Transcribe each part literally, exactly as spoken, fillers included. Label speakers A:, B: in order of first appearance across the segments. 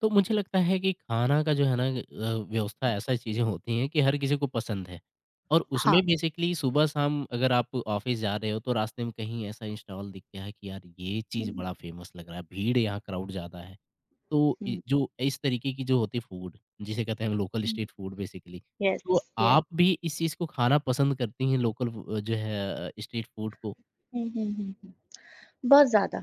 A: तो मुझे लगता है कि खाना का जो है ना अ, व्यवस्था ऐसा चीज़ें होती हैं कि हर किसी को पसंद है। और उसमें
B: हाँ।
A: बेसिकली सुबह शाम अगर आप ऑफिस जा रहे हो तो रास्ते में कहीं ऐसा इंस्टॉल दिख गया है कि यार ये चीज़
B: हुँ,
A: बड़ा फेमस लग रहा है, भीड़ है, यहाँ क्राउड ज़्यादा है। तो इ-
B: हुँ,
A: जो इस तरीके की जो होती फूड जिसे कहते हैं हम लोकल
B: हुँ।
A: Street food basically. तो
B: यस, यस।
A: आप भी इस चीज़ को खाना पसंद करती हैं लोकल जो है स्ट्रीट फूड को?
B: हुँ, हुँ, हुँ। बहुत ज़्यादा।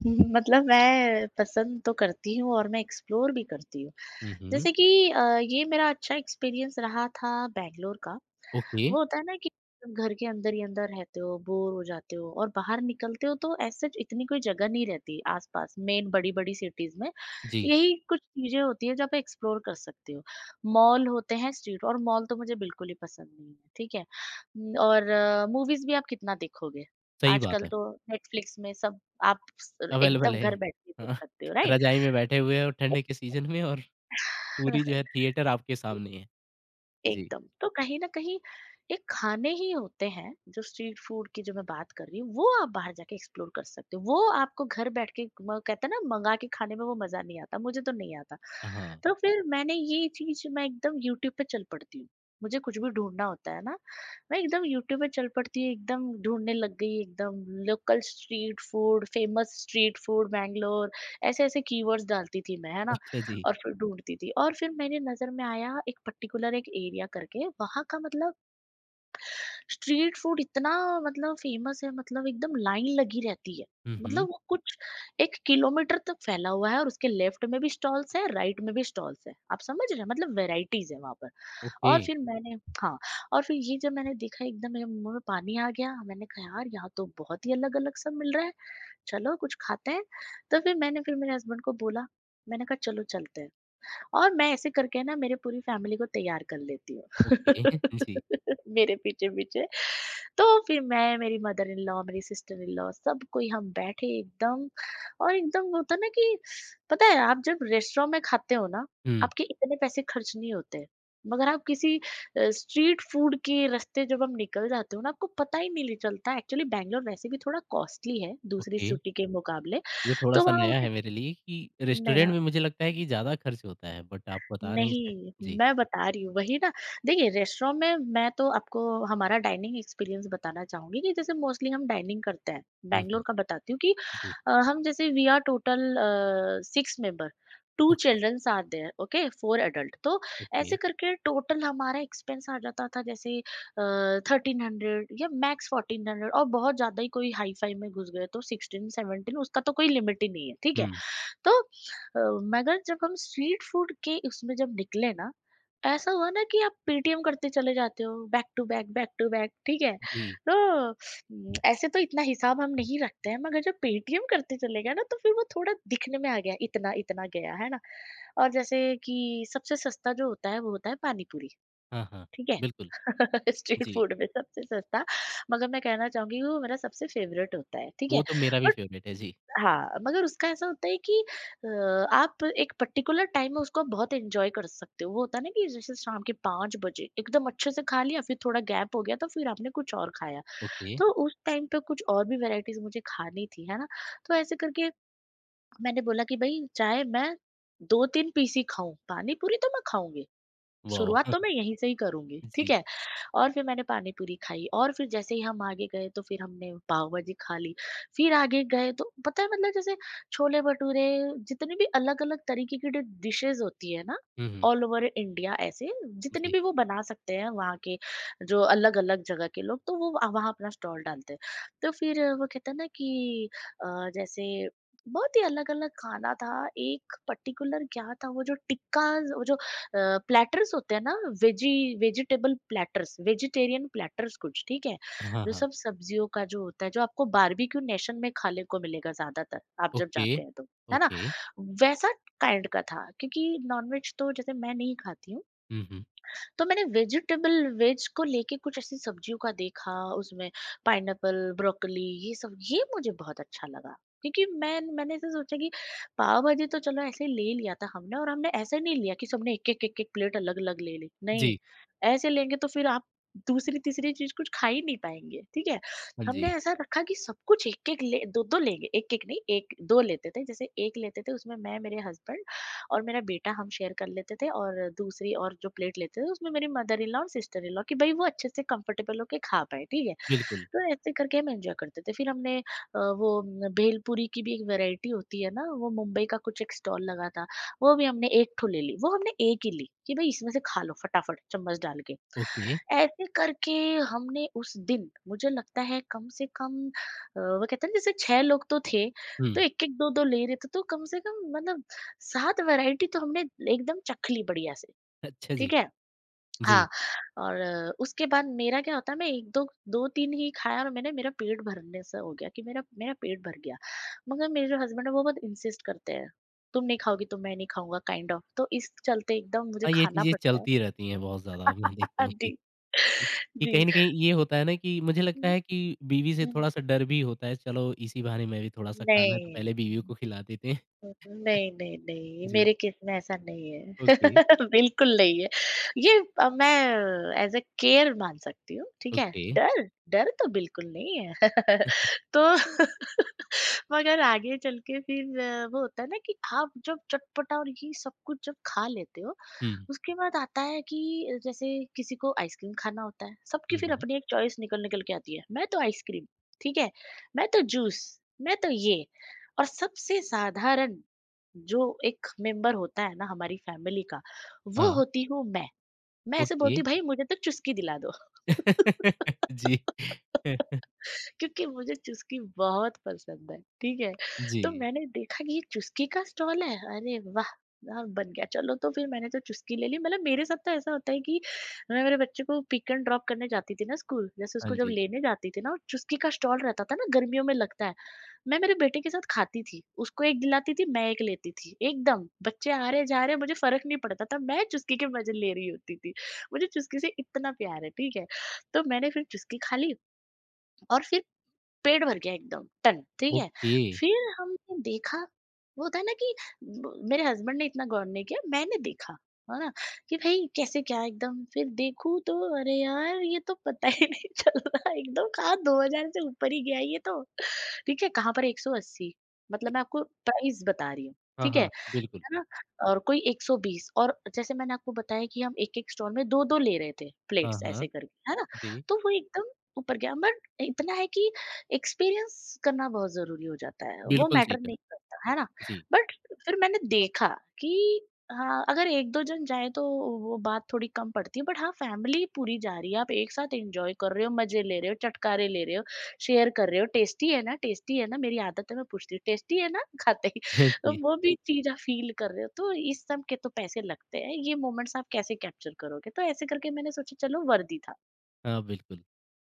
B: हुँ, हुँ, मतलब मैं पसंद तो करती हूँ और मैं एक्सप्लोर भी करती हूँ।
A: हम्म।
B: जैसे कि अ, ये मेरा अच्छा एक्सपीरियंस रहा था बैंगलोर का।
A: ओके।
B: वो होता है ना कि जब घर के अंदर ही अंदर रहते हो, बोर हो जाते हो और बाहर निकलते हो तो ऐसे इतनी कोई जगह नहीं रहती आसपास मेन बड़ी-बड़ी सिटीज में।
A: जी।
B: यही कुछ चीज़ें होती है जो आप एक्सप्लोर कर सकते हो। मॉल होते हैं स्ट्रीट और मॉल तो मुझे बिल्कुल ही पसंद नहीं है, ठीक है? उम, और मूवीज़ भी आप कितना देखोगे?
A: सही बात
B: आजकल
A: है।
B: तो नेटफ्लिक्स में सब आप स
A: अवेलेबल
B: एकदम
A: है।
B: घर बैठ के देख
A: हाँ,
B: सकते हो, राइट?
A: रज़ाई में बैठे हुए हैं और ठंड के सीज़न में और पूरी जो है थिएटर आपके सामने है। जी।
B: एकदम। तो कहीं न कहीं ये खाने ही होते हैं, जो स्ट्रीट फूड की जो मैं बात कर रही हूँ, वो आप बाहर जाके एक्सप्लोर कर सकते हो। वो आपको घर बैठ के म कहते हैं ना मँगा के खाने में वो मज़ा नहीं आता, मुझे तो नहीं आता।
A: हाँ,
B: तो फिर मैंने ये चीज़ मैं एकदम यूट्यूब पे चल पड़ती हूँ। मुझे कुछ भी ढूँढना होता है ना, मैं एकदम यूट्यूब पे चल पड़ती हूँ, एकदम ढूँढने लग गई एकदम local street food, famous street food Bangalore, ऐसे-ऐसे कीवर्ड्स डालती थी मैं, है ना?
A: अच्छा जी।
B: और फिर ढूँढती थी और फिर मेरे नज़र में आया एक पर्टिकुलर एक एरिया करके, वहाँ का मतलब स्ट्रीट फूड इतना मतलब फ़ेमस है, मतलब एकदम लाइन लगी रहती है।
A: हुँ, हुँ।
B: मतलब वो कुछ एक किलोमीटर तक फैला हुआ है और उसके लेफ्ट में भी स्टॉल्स हैं, राइट में भी स्टॉल्स हैं। आप समझ रहे हैं? मतलब वैराइटीज़ है वहाँ पर।
A: ओके,
B: और फिर मैंने, हाँ, और फिर ये जब मैंने देखा एकदम मेरे मुँह में पानी आ गया, मैंने कहा यार यहाँ तो बहुत ही अलग-अलग सब मिल रहा है, चलो कुछ खाते हैं। तो फिर मैंने फिर मेरे हस्बैंड को बोला, मैंने कहा चलो चलते हैं। और मैं ऐसे करके ना मेरे पूरी फैमिली को तैयार कर लेती हूँ
A: ओके। जी।
B: मेरे पीछे-पीछे। तो फिर मैं, मेरी मदर इन लॉ, मेरी सिस्टर इन लॉ सब कोई हम बैठे एकदम। और एकदम वो होता है ना कि पता है आप जब रेस्टोरेंट में खाते हो ना,
A: हुँ,
B: आपके इतने पैसे खर्च नहीं होते। मगर आप किसी अ, स्ट्रीट फूड के रास्ते जब हम निकल जाते हो ना, आपको पता ही नहीं चलता। एक्चुअली बैंगलोर वैसे भी थोड़ा कॉस्टली है दूसरी
A: ओके।
B: सिटी के मुकाबले।
A: ये
B: तो
A: थोड़ा-सा
B: वहाँ
A: नया
B: उन्हें,
A: है मेरे लिए कि रेस्टोरेंट
B: नया,
A: में मुझे लगता है कि ज़्यादा खर्च होता है, बट आप बता रहे हैं इसमें।
B: नहीं,
A: जी।
B: मैं बता रही हूँ, वही ना। देखिए, रेस्टोरेंट में मैं तो आपको हमारा डाइनिंग एक्सपीरियंस बताना चाहूँगी कि जैसे मोस्टली हम डाइनिंग करते हैं।
A: हुँ, हुँ।
B: बैंगलोर का बताती हूँ कि
A: जी।
B: अ, हम जैसे we are total uh, six member, two
A: okay,
B: childrens are there, okay, four adult. तो
A: ओके।
B: ऐसे करके टोटल हमारा एक्सपेंस आ जाता था जैसे अ, तेरह सौ या मैक्स चौदह सौ, और बहुत ज़्यादा ही कोई हाई-फाई में घुस गए तो सिक्सटीन, सेवनटीन, उसका तो कोई लिमिट ही नहीं है, ठीक है?
A: हुँ,
B: तो अ, मगर जब हम स्ट्रीट फूड के उसमें जब निकले ना, ऐसा हुआ ना कि आप पेटीएम करते चले जाते हो, back to back, back to back, ठीक है?
A: जी।
B: तो उम, ऐसे तो इतना हिसाब हम नहीं रखते हैं, मगर जब पेटीएम करते चले गए ना, तो फिर वो थोड़ा दिखने में आ गया, इतना-इतना गया, है ना? और जैसे कि सबसे सस्ता जो होता है, वो होता है पानी पूरी,
A: हाँ, हाँ।
B: ठीक है?
A: बिल्कुल,
B: स्ट्रीट
A: जी।
B: फूड में सबसे सस्ता। मगर मैं कहना चाहूँगी वो मेरा सबसे फ़ेवरेट होता है, ठीक
A: वो
B: है?
A: तो मेरा भी
B: बट
A: फ़ेवरेट है। जी।
B: हाँ, मगर उसका ऐसा होता है कि अ, आप एक पर्टिकुलर टाइम में उसको आप बहुत एन्जॉय कर सकते हो। वो होता है ना कि जैसे शाम के पाँच बजे एकदम अच्छे से खा लिया, फिर थोड़ा गैप हो गया तो फिर आपने कुछ और खाया।
A: ओके,
B: तो उस टाइम पे कुछ और भी वैराइटीज़ मुझे खानी थी, है ना? तो ऐसे करके मैंने बोला कि भई चाहे मैं दो तीन पीस ही खाऊँ, पानी पूरी तो मैं खाऊँगी।
A: वॉव!
B: शुरुआत तो मैं यहीं से ही करूँगी, ठीक
A: जी।
B: है? और फिर मैंने पानी पूरी खाई और फिर जैसे ही हम आगे गए तो फिर हमने पाव भाजी खा ली। फिर आगे गए तो पता है मतलब जैसे छोले-भटूरे, जितनी भी अलग-अलग तरीके की डि डिशेज़ होती है ना,
A: हुँ, हुँ।
B: ऑल ओवर इंडिया, ऐसे जितने
A: जी।
B: भी वो बना सकते हैं वहाँ के, जो अलग-अलग जगह के लोग, तो वो अ, वहाँ अपना स्टॉल डालते हैं। तो फिर वो कहते हैं ना कि अ, जैसे बहुत ही अलग-अलग खाना था, एक पर्टिकुलर क्या था वो जो टिक्का, वो जो प्लैटर्स होते हैं ना, veggie, vegetable platters, vegetarian platters कुछ, ठीक है,
A: हाँ,
B: जो
A: हाँ।
B: सब सब्जियों का जो होता है, जो आपको बारबेक्यू नेशन में खाने को मिलेगा ज्यादातर आप जब
A: ओके,
B: जाते हैं तो, है ना,
A: ओके।
B: वैसा काइंड का था। क्योंकि नॉनवेज तो जैसे मैं नहीं खाती हूँ,
A: हुँ, हुँ।
B: तो मैंने वेजिटेबल, वेज को लेके कुछ ऐसी सब्जियों का देखा उसमें पाइनएप्पल, ब्रोकली, ये सब, ये मुझे बहुत अच्छा लगा। क्योंकि मैं मैंने ऐसे सोचा कि पाव भाजी तो चलो ऐसे ही ले लिया था हमने। और हमने ऐसे नहीं लिया कि सबने एक एक एक एक प्लेट अलग अलग ले ली, नहीं,
A: जी।
B: ऐसे लेंगे तो फिर आप दूसरी तीसरी चीज कुछ खा ही नहीं पाएंगे, ठीक है?
A: हाँ
B: हमने
A: जी,
B: ऐसा रखा कि सब कुछ एक एक ले, दो दो लेंगे, एक एक नहीं, एक दो लेते थे। जैसे एक लेते थे उसमें मैं, मेरे हस्बैंड और मेरा बेटा हम शेयर कर लेते थे, और दूसरी और जो प्लेट लेते थे उसमें मेरी मदर इन लॉ और सिस्टर इन लॉ, कि भाई वो अच्छे से कंफर्टेबल होके खा पाए, ठीक है?
A: बिल्कुल।
B: तो ऐसे करके हम एंजॉय करते थे। फिर हमने अ, वो न, भेलपुरी की भी एक वेराइटी होती है ना, वो मुंबई का कुछ एक स्टॉल लगा था, वो भी हमने एक ठो ले ली। वो हमने एक ही ली कि भाई इसमें से खा लो फटाफट चम्मच डाल के।
A: ओके।
B: ऐसे करके हमने उस दिन, मुझे लगता है कम से कम अ, वो कहते हैं ना, जैसे छह लोग तो थे,
A: हुँ।
B: तो एक एक दो दो ले रहे थे, तो कम से कम मतलब सात वैरायटी तो हमने एकदम चख ली बढ़िया से,
A: अच्छा जी।
B: ठीक है?
A: जी।
B: हाँ, और अ, उसके बाद मेरा क्या होता है, मैं एक दो दो तीन ही खाया और मैंने, मेरा पेट भरने सा हो गया, कि मेरा मेरा पेट भर गया। मगर मेरे जो हस्बैंड है वो बहुत इंसिस्ट करते हैं, तुम नहीं खाओगी तो मैं नहीं खाऊँगा काइंड ऑफ, तो इस चलते एकदम मुझे
A: हाँ, ये
B: खाना
A: चीज़ें
B: पड़ता है।
A: चलती रहती हैं बहुत ज़्यादा। मैं देखता हूँ कि
B: जी,
A: कि कहीं
B: जी।
A: न कहीं ये होता है ना कि मुझे लगता
B: हुँ,
A: है कि बीवी से
B: हुँ।
A: थोड़ा-सा डर भी होता है, चलो इसी बहाने मैं भी थोड़ा-सा खाना है तो पहले
B: नहीं।
A: बीवी को खिला देते हैं।
B: नहीं, नहीं, नहीं,
A: जी।
B: मेरे केस में ऐसा नहीं है।
A: ओके,
B: बिल्कुल नहीं है। ये अ, मैं ऐज़ अ केयर मान सकती हूँ, ठीक है?
A: ओके।
B: डर डर तो बिल्कुल नहीं है। तो मगर आगे चल के फिर अ, वो होता है ना कि आप जब चटपटा और ये सब कुछ जब खा लेते हो,
A: हुँ,
B: उसके बाद आता है कि जैसे किसी को आइसक्रीम खाना होता है, सबकी
A: हुँ,
B: फिर
A: हुँ।
B: अपनी एक चॉइस निकल निकल के आती है। मैं तो आइसक्रीम, ठीक है, मैं तो जूस, मैं तो ये। और सबसे साधारण जो एक मेंबर होता है ना हमारी फैमिली का, वो
A: हाँ,
B: होती हूँ मैं। मैं ऐसे
A: ओके।
B: बोलती हूँ भाई मुझे तो चुस्की दिला दो,
A: जी।
B: क्योंकि मुझे चुस्की बहुत पसंद है, ठीक है?
A: जी।
B: तो मैंने देखा कि ये चुस्की का स्टॉल है, अरे वाह! हाँ, बन गया, चलो, तो फिर मैंने तो चुस्की ले ली। मतलब मेरे साथ तो ऐसा होता है कि मैं मेरे बच्चे को पिक एंड ड्रॉप करने जाती थी ना स्कूल, जैसे
A: हाँ
B: उसको जब
A: जी।
B: लेने जाती थी ना, और चुस्की का स्टॉल रहता था ना, गर्मियों में लगता है, मैं मेरे बेटे के साथ खाती थी, उसको एक दिलाती थी, मैं एक लेती थी, एकदम बच्चे आ रहे जा रहे मुझे फ़र्क नहीं पड़ता था, मैं चुस्की के मज़े ले रही होती थी, मुझे चुस्की से इतना प्यार है, ठीक है? तो मैंने फिर चुस्की खा ली। और फिर पेट भर गया एकदम टन, ठीक है?
A: ओके।
B: फिर हमने देखा, वो होता है ना कि ब- मेरे हस्बैंड ने इतना गौर नहीं किया, मैंने देखा, है ना, कि भाई कैसे क्या, एकदम फिर देखूं तो अरे यार ये तो पता ही नहीं चल रहा एकदम, कहाँ दो हजार से ऊपर ही गया ये तो, ठीक है, कहाँ पर एक सौ अस्सी, मतलब मैं आपको प्राइस बता रही हूँ,
A: हाँ,
B: ठीक है
A: हाँ,
B: है
A: बिल्कुल।
B: ना? और कोई एक सौ बीस, और जैसे मैंने आपको बताया कि हम एक-एक स्टॉल में दो दो ले रहे थे
A: हाँ,
B: प्लेट्स ऐसे
A: हाँ।
B: करके, है ना?
A: जी,
B: तो वो एकदम ऊपर गया, बट इतना है कि एक्सपीरियंस करना बहुत ज़रूरी हो जाता है, वो
A: बिल्कुल सही
B: मैटर
A: कहा।
B: नहीं करता, है ना?
A: जी।
B: बट फिर मैंने देखा कि हाँ, अगर एक दो जन जाएँ तो वो बात थोड़ी कम पड़ती है, बट हाँ, फैमिली पूरी जा रही है, आप एक साथ एन्जॉय कर रहे हो, मज़े ले रहे हो, चटकारे ले रहे हो, शेयर कर रहे हो, टेस्टी है ना, टेस्टी है ना? मेरी आदत है मैं पूछती हूँ, टेस्टी है ना? खाते ही तो
A: जी।
B: वो भी चीज़ आप फ़ील कर रहे हो, तो इस सब के तो पैसे लगते हैं, ये मोमेंट्स आप कैसे कैप्चर करोगे? तो ऐसे करके मैंने सोचा चलो वर्दी था।
A: हाँ, बिल्कुल।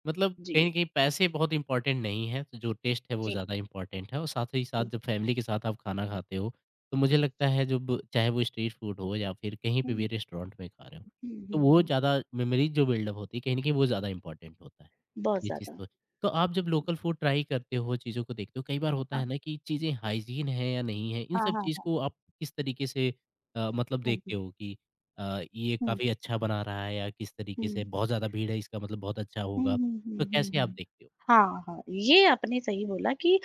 A: मतलब कहीं
B: जी,
A: न कहीं पैसे बहुत इम्पोर्टेंट नहीं हैं, तो जो टेस्ट है वो
B: जी।
A: ज़्यादा इम्पोर्टेंट है। और साथ ही साथ
B: हुँ,
A: जब फैमिली के साथ आप खाना खाते हो, तो मुझे लगता है जब चाहे वो स्ट्रीट फूड हो या फिर कहीं पे भी
B: हुँ,
A: रेस्टोरेंट में खा रहे हो,
B: हुँ,
A: तो
B: हुँ,
A: वो
B: हुँ।
A: ज़्यादा मेमोरीज़ जो बिल्डअप होती है, कहीं न कहीं वो ज़्यादा इम्पोर्टेंट होता है।
B: बहुत
A: ये चीज़
B: ज़्यादा।
A: तो है। तो आप जब लोकल फूड ट्राई करते हो, चीज़ों को देखते हो, कई बार होता
B: हाँ।
A: है ना कि चीज़ें हाइजीन है या नहीं है, इन
B: हाँ,
A: सब
B: हाँ,
A: चीज़ को
B: हाँ।
A: आप किस तरीके से अ, मतलब
B: हुँ,
A: देखते
B: हुँ।
A: हो कि अ, ये
B: हुँ,
A: काफ़ी अच्छा बना रहा है या किस तरीके से
B: हुँ।
A: बहुत ज़्यादा भीड़ है इसका मतलब बहुत अच्छा
B: हुँ,
A: होगा,
B: हुँ,
A: तो
B: हुँ, हुँ,
A: कैसे आप
B: हुँ।
A: देखते हो?
B: हाँ, हाँ, ये आपने सही बोला कि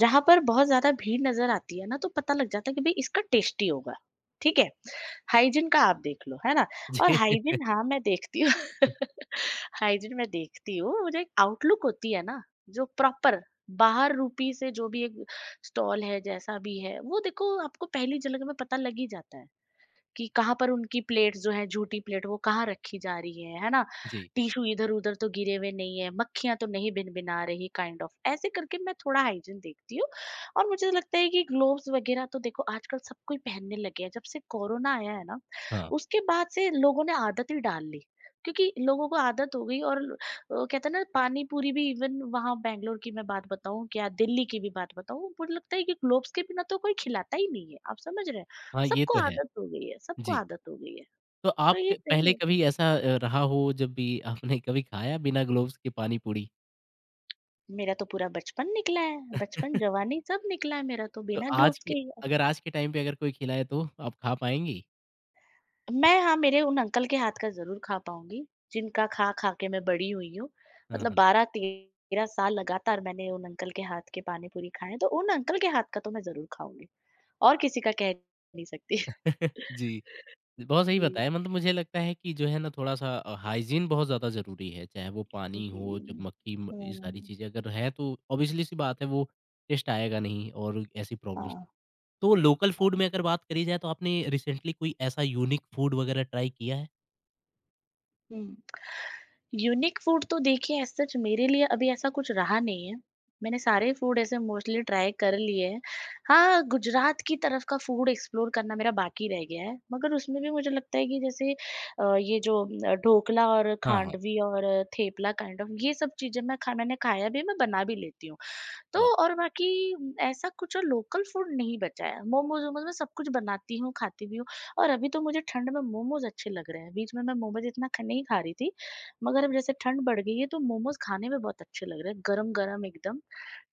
B: जहाँ पर बहुत ज़्यादा भीड़ नज़र आती है ना, तो पता लग जाता है कि भई इसका टेस्टी होगा, ठीक है? हाइजीन का आप देख लो, है ना? और
A: जी,
B: हाइजीन हाँ, मैं देखती हूँ। हाइजीन मैं देखती हूँ, मुझे एक आउटलुक होती है ना, जो प्रॉपर बाहर रूपी से जो भी एक स्टॉल है, जैसा भी है, वो देखो आपको पहली झलक में पता लग ही जाता है। कि कहाँ पर उनकी प्लेट जो है झूठी प्लेट वो कहाँ रखी जा रही है, है ना?
A: जी।
B: टिश्यू इधर-उधर तो गिरे हुए नहीं है, मक्खियाँ तो नहीं भिनभिना रही काइंड ऑफ ऐसे करके मैं थोड़ा हाइजीन देखती हूँ। और मुझे तो लगता है कि ग्लोव्स वगैरह तो देखो आजकल सब कोई पहनने लगे हैं। जब से कोरोना आया है ना,
A: हाँ,
B: उसके बाद से लोगों ने आदत ही डाल ली। क्योंकि लोगों को आदत हो गई और अ, कहते हैं ना पानी पूरी भी इवन वहाँ बैंगलोर की मैं बात बताऊँ, क्या दिल्ली की भी बात बताऊँ, मुझे लगता है कि ग्लोव्स के बिना तो कोई खिलाता ही नहीं है। आप समझ रहे हैं?
A: हाँ, ये तो
B: सबको
A: है।
B: आदत हो गई है, सबको
A: जी,
B: आदत हो गई है,
A: तो
B: तो
A: आप प
B: ये सही
A: पहले
B: है।
A: कभी ऐसा अ, रहा हो जब भी आपने कभी खाया बिना ग्लोव्स के पानी-पूरी?
B: मेरा तो पूरा बचपन निकला है, बचपन, जवानी सब निकला है मेरा तो
A: तो
B: बिना
A: आज
B: ग्लोव्स
A: के
B: के ही।
A: अगर आज के टाइम पे अगर कोई खिलाए तो आप खा पाएँगी?
B: मैं हाँ, मेरे उन अंकल के हाथ का ज़रूर खा पाऊँगी, जिनका खा-खा के मैं बड़ी हुई हूँ।
A: हाँ,
B: मतलब
A: हाँ।
B: बारह तेरह साल लगातार मैंने उन अंकल के हाथ के पानी-पूरी खाए हैं, तो उन अंकल के हाथ का तो मैं ज़रूर खाऊँगी और किसी का कह नहीं सकती।
A: जी। बहुत सही
B: जी,
A: बताया। मतलब मुझे लगता है कि जो है ना थोड़ा-सा अ, हाइजीन बहुत ज़्यादा ज़रूरी है, चाहे वो पानी
B: जी।
A: हो, जब मक्खी म ये सारी
B: हुँ,
A: चीज़ें अगर है तो ऑब्वियसली सी बात है वो टेस्ट आएगा नहीं और ऐसी प्रॉब्लम्स।
B: हाँ,
A: तो लोकल फूड
B: हाँ।
A: में अगर बात करी जाए तो आपने रिसेंटली कोई ऐसा यूनिक फूड वगैरह ट्राई किया है?
B: हुँ। यूनिक फूड तो देखिए एज सच मेरे लिए अभी ऐसा कुछ रहा नहीं है। मैंने सारे फूड ऐसे मोस्टली ट्राई कर लिए हैं। हाँ, गुजरात की तरफ का फूड एक्सप्लोर करना मेरा बाकी रह गया है, मगर उसमें भी मुझे लगता है कि जैसे अ, ये जो अ, ढोकला और
A: हाँ, हाँ।
B: खांडवी और थेपला काइंड ऑफ ये सब चीज़ें मैं खा मैंने खाया भी है, मैं बना भी लेती हूँ। तो
A: वाह!
B: और बाकी ऐसा कुछ लोकल फूड नहीं बचा है। मोमोज़-वोमोज़ मैं सब कुछ बनाती हूँ, खाती भी हूँ और अभी तो मुझे ठंड में मोमोज़ अच्छे लग रहे हैं। बीच में मैं मोमोज़ इतना ख नहीं खा रही थी, मगर अब जैसे ठंड बढ़ गई है तो मोमोज़ खाने में बहुत अच्छे लग रहे हैं। गरम-गरम एकदम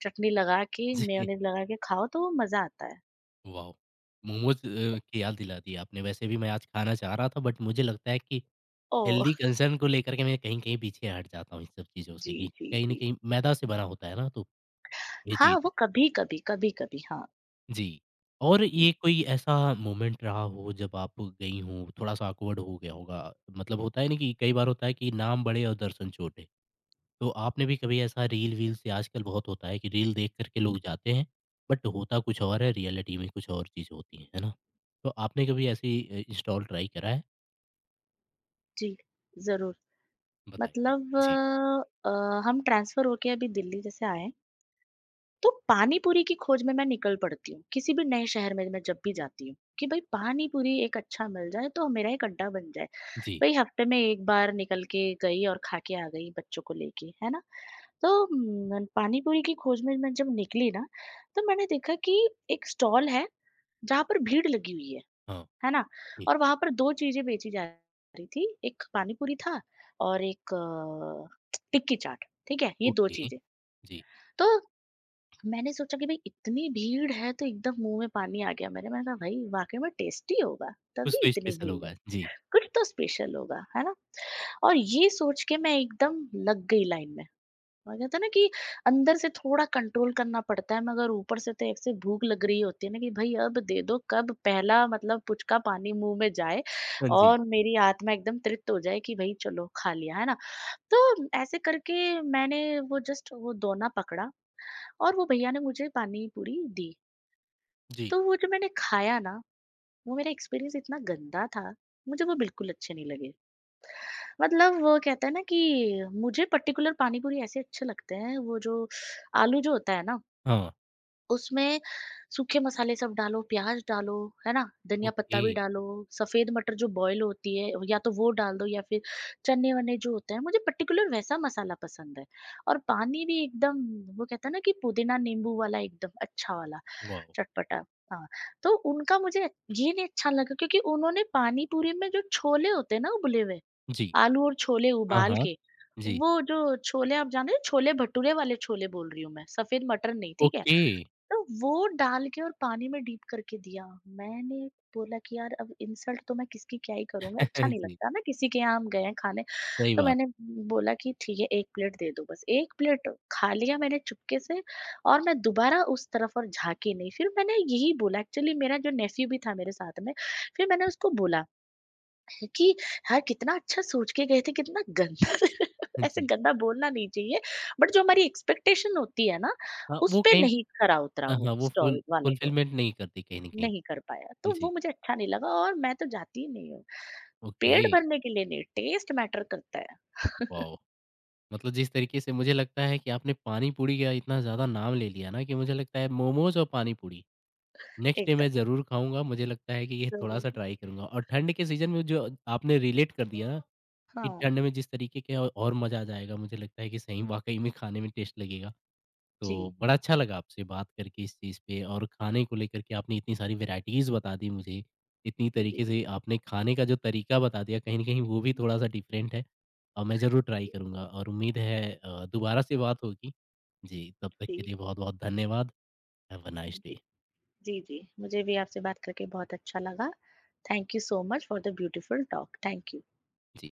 B: चटनी लगा के,
A: जी,
B: मेयोनेज़ लगा के खाओ तो मज़ा आता है।
A: वाओ! मोमोज़ अ, की याद दिला दी आपने, वैसे भी मैं आज खाना चाह रहा था बट मुझे लगता है कि
B: ओह!
A: हेल्दी कंसर्न को लेकर के मैं कहीं-कहीं पीछे हट जाता हूँ इन सब चीज़ों से
B: जी,
A: कि
B: जी,
A: कहीं न
B: जी।
A: कहीं मैदा से बना होता है ना तो ये
B: हाँ,
A: चीज़
B: वो
A: है।
B: कभी-कभी, कभी-कभी हाँ।
A: जी। और
B: हुँ,
A: ये कोई ऐसा मोमेंट रहा हो जब आप गई हों, थोड़ा-सा ऑकवर्ड हो गया होगा? मतलब होता है ना कि कई बार होता है कि नाम बड़े और दर्शन छोटे। तो आपने भी कभी ऐसा रील-वील से आजकल बहुत होता है कि रील देख कर के
B: हुँ,
A: लोग जाते हैं, बट होता कुछ और है, रियलिटी में कुछ और चीज़ होती है, है ना? तो आपने कभी ऐसी अ, इंस्टॉल ट्राई करा है?
B: जी, ज़रूर।
A: बताइए।
B: मतलब अ,
A: जी,
B: अ, हम ट्रांसफ़र होके अभी दिल्ली जैसे आए हैं तो पानी पूरी की खोज में मैं निकल पड़ती हूँ किसी भी नए शहर में मैं जब भी जाती हूँ कि भाई पानी पूरी एक अच्छा मिल जाए तो मेरा एक अड्डा बन जाए
A: जी,
B: भाई हफ्ते में एक बार निकल के गई और खा के आ गई बच्चों को लेके है ना। तो हम्म, पानी पूरी की खोज में मैं जब निकली ना तो मैंने देखा कि एक स्टॉल है जहां पर भीड़ लगी हुई है
A: हाँ,
B: है ना।
A: जी,
B: और वहां पर दो चीजें बेची जा रही थी, एक पानी पूरी था और एक अ, टिक्की चाट, ठीक है ये दो
A: ओके,
B: चीजें।
A: जी।
B: तो मैंने सोचा कि भाई इतनी भीड़ है तो एकदम मुंह में पानी आ गया मेरे, मैंने कहा भाई वाकई में टेस्टी होगा
A: कुछ
B: तभी
A: तो
B: इतनी
A: स्पेशल
B: भीड़ है,
A: होगा। जी,
B: कुछ तो स्पेशल होगा, है ना। और ये सोच के मैं एकदम लग गई लाइन में। मैं कहते हैं ना कि अंदर से थोड़ा कंट्रोल करना पड़ता है मगर ऊपर से तो एक से भूख लग रही होती है ना कि भाई अब दे दो, कब पहला मतलब पुचका पानी मुंह में जाए
A: हाँ जी,
B: और मेरी आत्मा एकदम तृप्त हो जाए कि भाई चलो खा लिया, है ना। तो ऐसे करके मैंने वो जस्ट वो दोना पकड़ा और वो भैया ने मुझे पानी पूरी दी।
A: जी,
B: तो वो जो मैंने खाया ना, वो मेरा एक्सपीरियंस इतना गंदा था, मुझे वो बिल्कुल अच्छे नहीं लगे। मतलब वो कहते हैं ना कि मुझे पर्टिकुलर पानी पूरी ऐसे अच्छे लगते हैं, वो जो आलू जो होता है ना,
A: हाँ,
B: उसमें सूखे मसाले सब डालो, प्याज़ डालो, है ना? धनिया पत्ता
A: ओके,
B: भी डालो, सफ़ेद मटर जो बॉयल होती है या तो वो डाल दो या फिर चने-वने जो होते हैं, मुझे पर्टिकुलर वैसा मसाला पसंद है। और पानी भी एकदम, वो कहते हैं ना कि पुदीना नींबू वाला एकदम अच्छा वाला,
A: वॉव!
B: चटपटा। हाँ, तो उनका मुझे ये नहीं अच्छा लगा क्योंकि उन्होंने पानी पूरी में जो छोले होते हैं ना उबले हुए,
A: जी,
B: आलू और छोले
A: हाँ,
B: उबाल
A: हाँ,
B: के,
A: जी।
B: वो जो छोले आप जान रहे हो छोले भटूरे वाले छोले बोल रही हूँ मैं, सफ़ेद मटर नहीं, ठीक है?
A: ओके।
B: तो वो डाल के और पानी में डीप करके दिया। मैंने बोला कि यार अब इंसल्ट तो मैं किसकी क्या ही करूँगा, अच्छा नहीं
A: जी,
B: लगता ना किसी के यहाँ हम गए हैं खाने।
A: सही
B: तो
A: बात।
B: मैंने बोला कि ठीक है एक प्लेट दे दो बस, एक प्लेट खा लिया मैंने चुपके से और मैं दोबारा उस तरफ और झाँकी नहीं। फिर मैंने यही बोला एक्चुअली मेरा जो नेफ़्यू भी था मेरे साथ में, फिर मैंने उसको बोला क्योंकि यार कितना अच्छा सोच के गए थे, कितना गंदा ऐसे
A: जी,
B: गंदा बोलना नहीं चाहिए, बट जो हमारी एक्सपेक्टेशन होती है ना,
A: हाँ,
B: उस
A: वो
B: पे
A: कहीं।
B: नहीं खरा उतरा वो
A: हाँ, वो फुल
B: स्टॉल वाला जो,
A: फुलफिलमेंट नहीं करती कहीं न कहीं।
B: नहीं कर पाया। तो
A: जी,
B: वो मुझे अच्छा नहीं लगा और मैं तो जाती ही नहीं हूँ। पेट
A: ओके,
B: भरने के लिए नहीं, टेस्ट मैटर करता है,
A: वॉव! मतलब जिस तरीके से मुझे लगता है कि आपने पानी पूरी का इतना ज़्यादा नाम ले लिया ना कि मुझे लगता है मोमोज़ और पानी पूरी, नेक्स्ट डे
B: एकदम।
A: मैं ज़रूर खाऊँगा। मुझे लगता है कि ये
B: ज़रूर,
A: थोड़ा-सा ट्राई करूँगा और ठंड के सीज़न में जो आपने रिलेट कर दिया ना कि
B: हाँ,
A: ठंड में जिस तरीके के और और मज़ा आ जाएगा, मुझे लगता है कि सही वाक़ई में खाने में टेस्ट लगेगा। तो
B: जी,
A: बड़ा अच्छा लगा आपसे बात करके इस चीज़ पे और खाने को लेकर के आपने इतनी सारी वैराइटीज़ बता दी मुझे। इतनी
B: जी,
A: तरीके
B: जी।
A: से आपने खाने का जो तरीका बता दिया कहीं न कहीं वो भी थोड़ा-सा डिफ़रेंट है और मैं ज़रूर ट्राई करूँगा और उम्मीद है अ, दोबारा से बात होगी। जी, तब तक
B: जी,
A: के लिए बहुत-बहुत धन्यवाद। हैव अ नाइस
B: जी,
A: डे।
B: जी, जी। मुझे भी आपसे बात करके बहुत अच्छा लगा। Thank you so much for the beautiful talk. Thank you.
A: Ji.